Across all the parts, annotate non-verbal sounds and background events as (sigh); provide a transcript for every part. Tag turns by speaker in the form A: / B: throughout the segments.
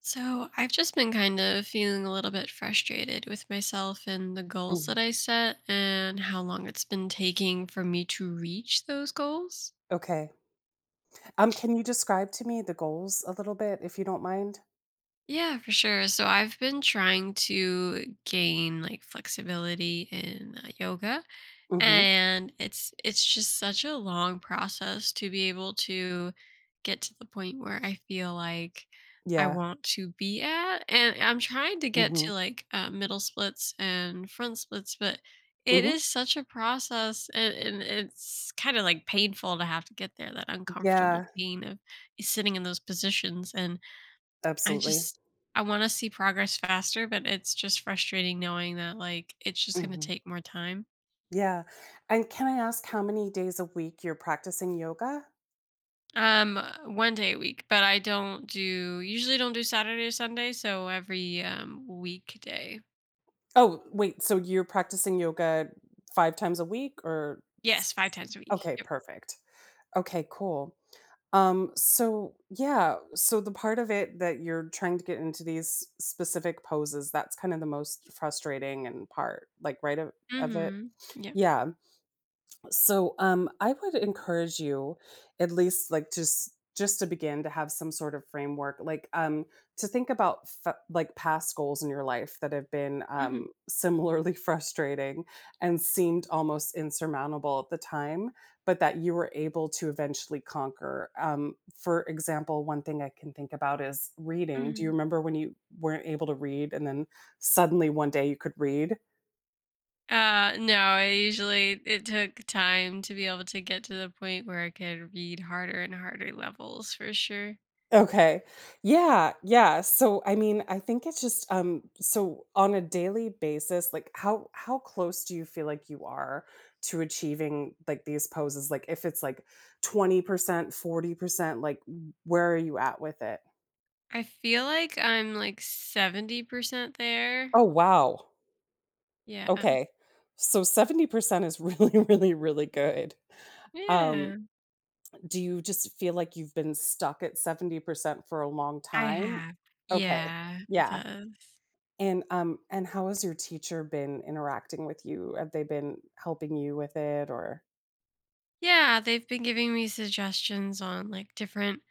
A: So, I've just been kind of feeling a little bit frustrated with myself and the goals
B: Mm,
A: that I set and how long it's been taking for me to reach those goals.
B: okay. Can you describe to me the goals a little bit, if you don't mind?
A: Yeah, for sure. So, I've been trying to gain like flexibility in yoga
B: Mhm.
A: and it's just such a long process to be able to get to the point where I feel like I
B: Yeah.
A: want to be at, and I'm trying to get
B: Mhm.
A: to like middle splits and front splits, but it
B: Mhm.
A: is such a process, and it's kind of like painful to have to get there, that uncomfortable
B: Yeah,
A: pain of sitting in those positions. And I
B: absolutely.
A: just, I want to see progress faster, but it's just frustrating knowing that like it's just going to
B: Mhm.
A: take more time.
B: Yeah. And can I ask how many days a week you're practicing yoga?
A: Um, 1 day a week, but I don't do usually don't do Saturday or Sunday, so every weekday.
B: Oh, wait, so you're practicing yoga 5 times a week or s.
A: Yes, 5 times a week.
B: Okay,
A: Yep.
B: perfect. Okay, cool. So yeah, so the part of it that you're trying to get into these specific poses, that's kind of the most frustrating and part, like right of it.
A: Mm-hmm. Yep.
B: Yeah. So, I would encourage you, at least like just to begin to have some sort of framework, like to think about like past goals in your life that have been
A: Mm-hmm.
B: similarly (laughs) frustrating and seemed almost insurmountable at the time, but that you were able to eventually conquer. For example, one thing I can think about is reading. Do you
A: Hmm.
B: remember when you weren't able to read, and then suddenly one day you could read?
A: No, I usually, it took time to be able to get to the point where I could read harder and harder levels for sure.
B: Okay. Yeah, yeah. So I mean, I think it's just so on a daily basis, like how close do you feel like you are to achieving like these poses? Like if it's like 20%, 40%, like where are you at with it?
A: I feel like I'm like 70% there.
B: Oh, wow.
A: Yeah.
B: Okay. So 70% is really (laughs) really really good. Um
A: Yeah.
B: do you just feel like you've been stuck at 70% for a long
A: I
B: time?
A: have.
B: Okay.
A: Yeah, it
B: Yeah.
A: does.
B: And how has your teacher been interacting with you? Have they been helping you with it or.
A: Yeah, they've been giving me suggestions on like different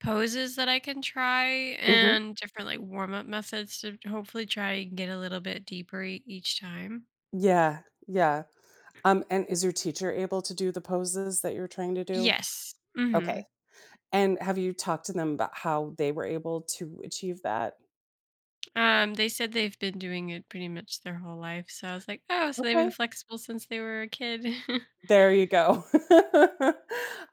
A: poses that I can try,
B: Mhm.
A: and different like warm up methods to hopefully try and get a little bit deeper each time.
B: Yeah, yeah. And is your teacher able to do the poses that you're trying to do?
A: Yes. Hmm.
B: Okay. And have you talked to them about how they were able to achieve that?
A: They said they've been doing it pretty much their whole life. So I was like, oh, so they've
B: Okay.
A: been flexible since they were a kid. (laughs)
B: There you go. (laughs)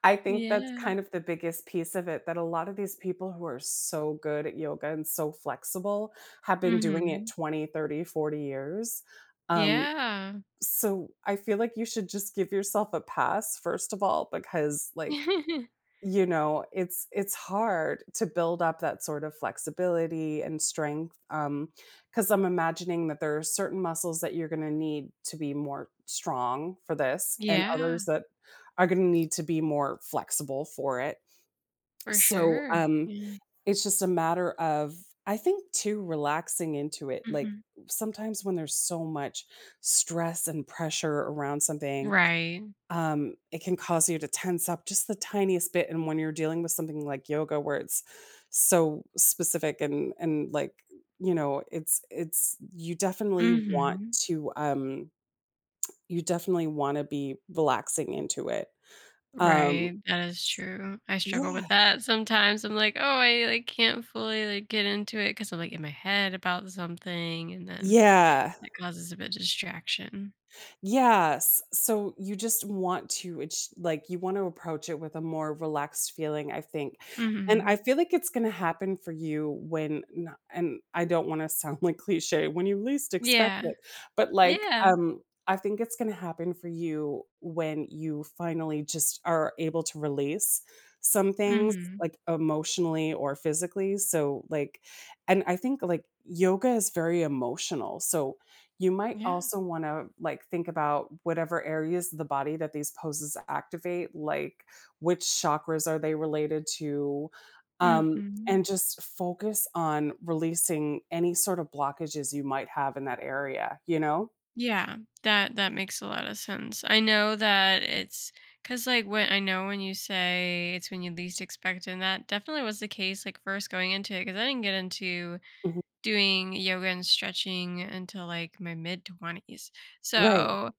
B: I think that's
A: Yeah.
B: kind of the biggest piece of it that a lot of these people who are so good at yoga and so flexible have been doing it
A: Hmm.
B: 20, 30, 40 years. Um,
A: Yeah.
B: So I feel like you should just give yourself a pass, first of all, because like,
A: (laughs)
B: it's hard to build up that sort of flexibility and strength. Because I'm imagining that there are certain muscles that you're gonna need to be more strong for this and
A: Yeah,
B: others that are gonna need to be more flexible for it.
A: for
B: So
A: sure. Yeah.
B: it's just a matter of, I think, too, relaxing into it, like,
A: Hmm.
B: sometimes when there's so much stress and pressure around something,
A: Right.
B: it can cause you to tense up just the tiniest bit, and when you're dealing with something like yoga where it's so specific and, like, it's you definitely want
A: Hmm.
B: to, you definitely wanna be relaxing into it. Um
A: Right, that is true. I struggle
B: Yeah.
A: with that sometimes. I'm like, "Oh, I, like, can't fully, like, get into it because 'cause I'm, like, in my head about something, and then
B: Yeah.
A: that causes a bit of distraction."
B: Yes. So you just want to, it's like you want to approach it with a more relaxed feeling, I think. And I
A: Mhm.
B: feel like it's going to happen for you when and I don't want to (laughs) sound like cliche when you least expect
A: Yeah.
B: it, but like
A: Yeah.
B: I think it's going to happen for you when you finally just are able to release some things
A: Mhm.
B: like emotionally or physically. So like and I think like yoga is very emotional. So you might
A: Yeah.
B: also want to like think about whatever areas of the body that these poses activate, like which chakras are they related to, um,
A: Mhm.
B: and just focus on releasing any sort of blockages you might have in that area. You know.
A: Yeah, that makes a lot of sense. I know that it's because like, when I know when you say it's when you least expect it, and that definitely was the case, like, first going into it, because I didn't get into
B: Mhm.
A: doing yoga and stretching until like my mid 20s.
B: Right.
A: So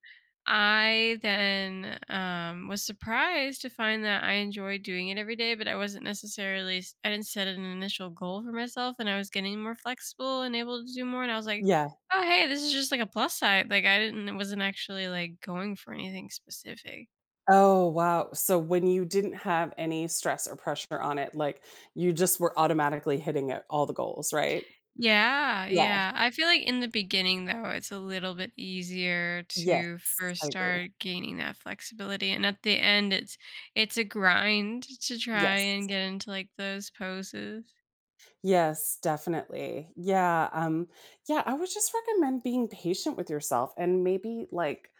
A: I then was surprised to find that I enjoyed doing it every day, but I wasn't necessarily, I didn't set an initial goal for myself, and I was getting more flexible and able to do more. And I was like,
B: Yeah.
A: oh, hey, this is just like a plus side. Like I didn't, wasn't actually like going for anything specific.
B: Oh, wow. So when you didn't have any stress or pressure on it, like you just were automatically hitting it, all the goals, right?
A: Yeah,
B: Yeah.
A: yeah. I feel like in the beginning, though, it's a little bit easier to
B: Yes.
A: first
B: I agree.
A: start gaining that flexibility. And at the end, it's a grind to try
B: Yes.
A: and get into like those poses.
B: Yes, definitely. Yeah, yeah, I would just recommend being patient with yourself and maybe like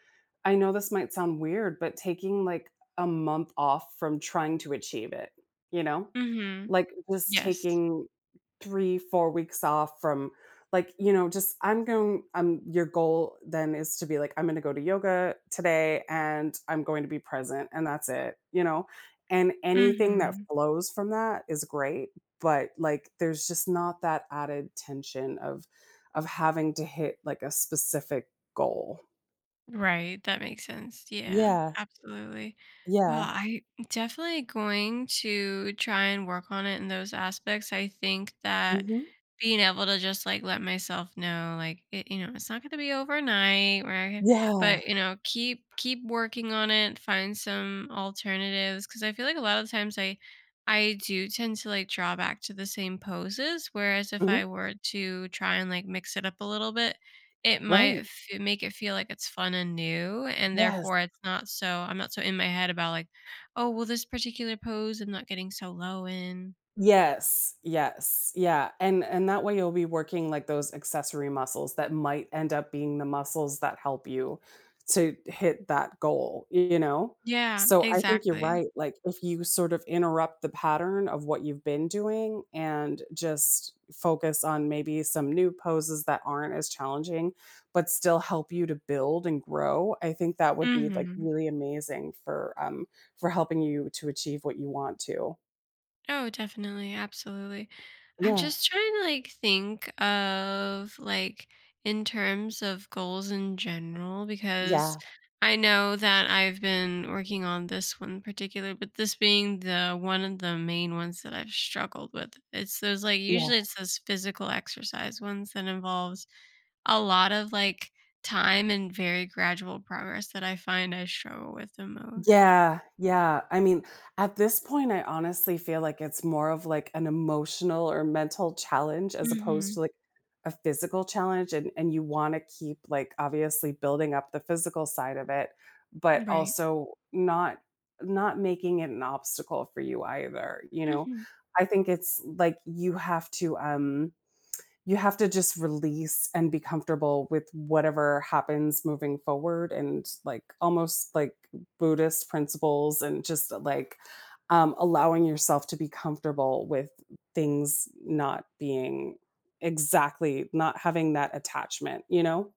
B: I know this might sound weird, but taking like a month off from trying to achieve it, you know?
A: Mm-hmm.
B: Like just
A: Yes.
B: taking 3, 4 weeks off from like, just I'm going your goal then is to be like I'm going to go to yoga today and I'm going to be present and that's it, you know? And anything that
A: Mm-hmm.
B: flows from that is great, but, like, there's just not that added tension of having to hit, like, a specific goal.
A: Right, that makes sense. Yeah,
B: Yeah,
A: absolutely. Well,
B: yeah.
A: I definitely going to try and work on it in those aspects. I think that
B: Mhm.
A: being able to just like let myself know like it, you know, it's not going to be overnight, right?
B: Yeah.
A: But, you know, keep working on it, find some alternatives cuz I feel like a lot of times I do tend to like draw back to the same poses, whereas if
B: Mhm.
A: I were to try and like mix it up a little bit, it might
B: Right.
A: f make it feel like it's fun and new, and
B: Yes.
A: therefore it's not so, I'm not so in my head about like, "Oh, well, this particular pose, I'm not getting so low in."
B: Yes, yes, yeah, and that way you'll be working, like, those accessory muscles that might end up being the muscles that help you to hit that goal, you know?
A: Yeah,
B: So, I think you're
A: exactly.
B: right, like, if you sort of interrupt the pattern of what you've been doing and just focus on maybe some new poses that aren't as challenging, but still help you to build and grow, I think that would be, like,
A: Mhm.
B: really amazing for helping you to achieve what you want to.
A: Oh, definitely, absolutely. I'm
B: Yeah,
A: just trying to like think of like in terms of goals in general, because
B: yeah.
A: I know that I've been working on this one in particular, but this being the one of the main ones that I've struggled with. It's those like,
B: Yeah.
A: usually it's those physical exercise ones that involves a lot of like time and very gradual progress that I find I struggle with the most.
B: Yeah, yeah. I mean, at this point, I honestly feel like it's more of like an emotional or mental challenge as opposed to
A: Hmm.
B: like a physical challenge. And you want to keep like obviously building up the physical side of it, but
A: Right.
B: also not making it an obstacle for you either, you know?
A: Mhm.
B: I think it's like you have to just release and be comfortable with whatever happens moving forward and like almost like Buddhist principles and just like allowing yourself to be comfortable with things not being exactly not having that attachment.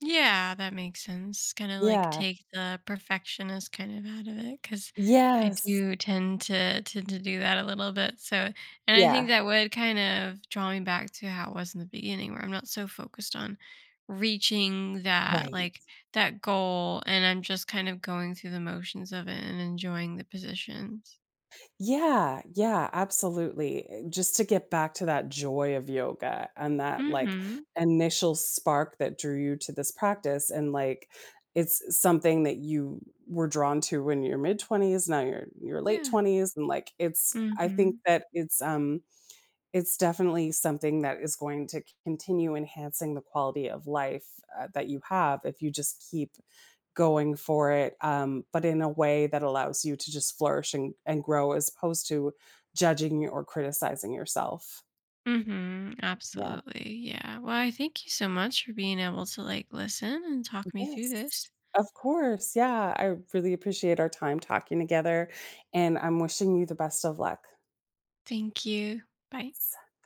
A: Yeah, that makes sense. Kind of like
B: Yeah.
A: take the perfectionist kind of out of it, because I
B: Yes.
A: do tend to do that a little bit. So, and I think
B: Yeah.
A: that would kind of draw me back to how it was in the beginning, where I'm not so focused on reaching that
B: Right.
A: like that goal, and I'm just kind of going through the motions of it and enjoying the positions.
B: Yeah, yeah, absolutely. Just to get back to that joy of yoga and that like
A: Mm-hmm.
B: initial spark that drew you to this practice and like it's something that you were drawn to when you're mid 20s, now you're your late
A: Yeah.
B: 20s and like it's I think
A: Mm-hmm.
B: that it's definitely something that is going to continue enhancing the quality of life that you have if you just keep going for it, but in a way that allows you to just flourish and grow as opposed to judging or criticizing yourself.
A: Mm-hmm.
B: Yeah.
A: Absolutely. Yeah. Well, I thank you so much for being able to like listen and talk me through
B: Yes.
A: this.
B: Of course. Yeah. I really appreciate our time talking together. And I'm wishing you the best of luck.
A: Thank you. Bye.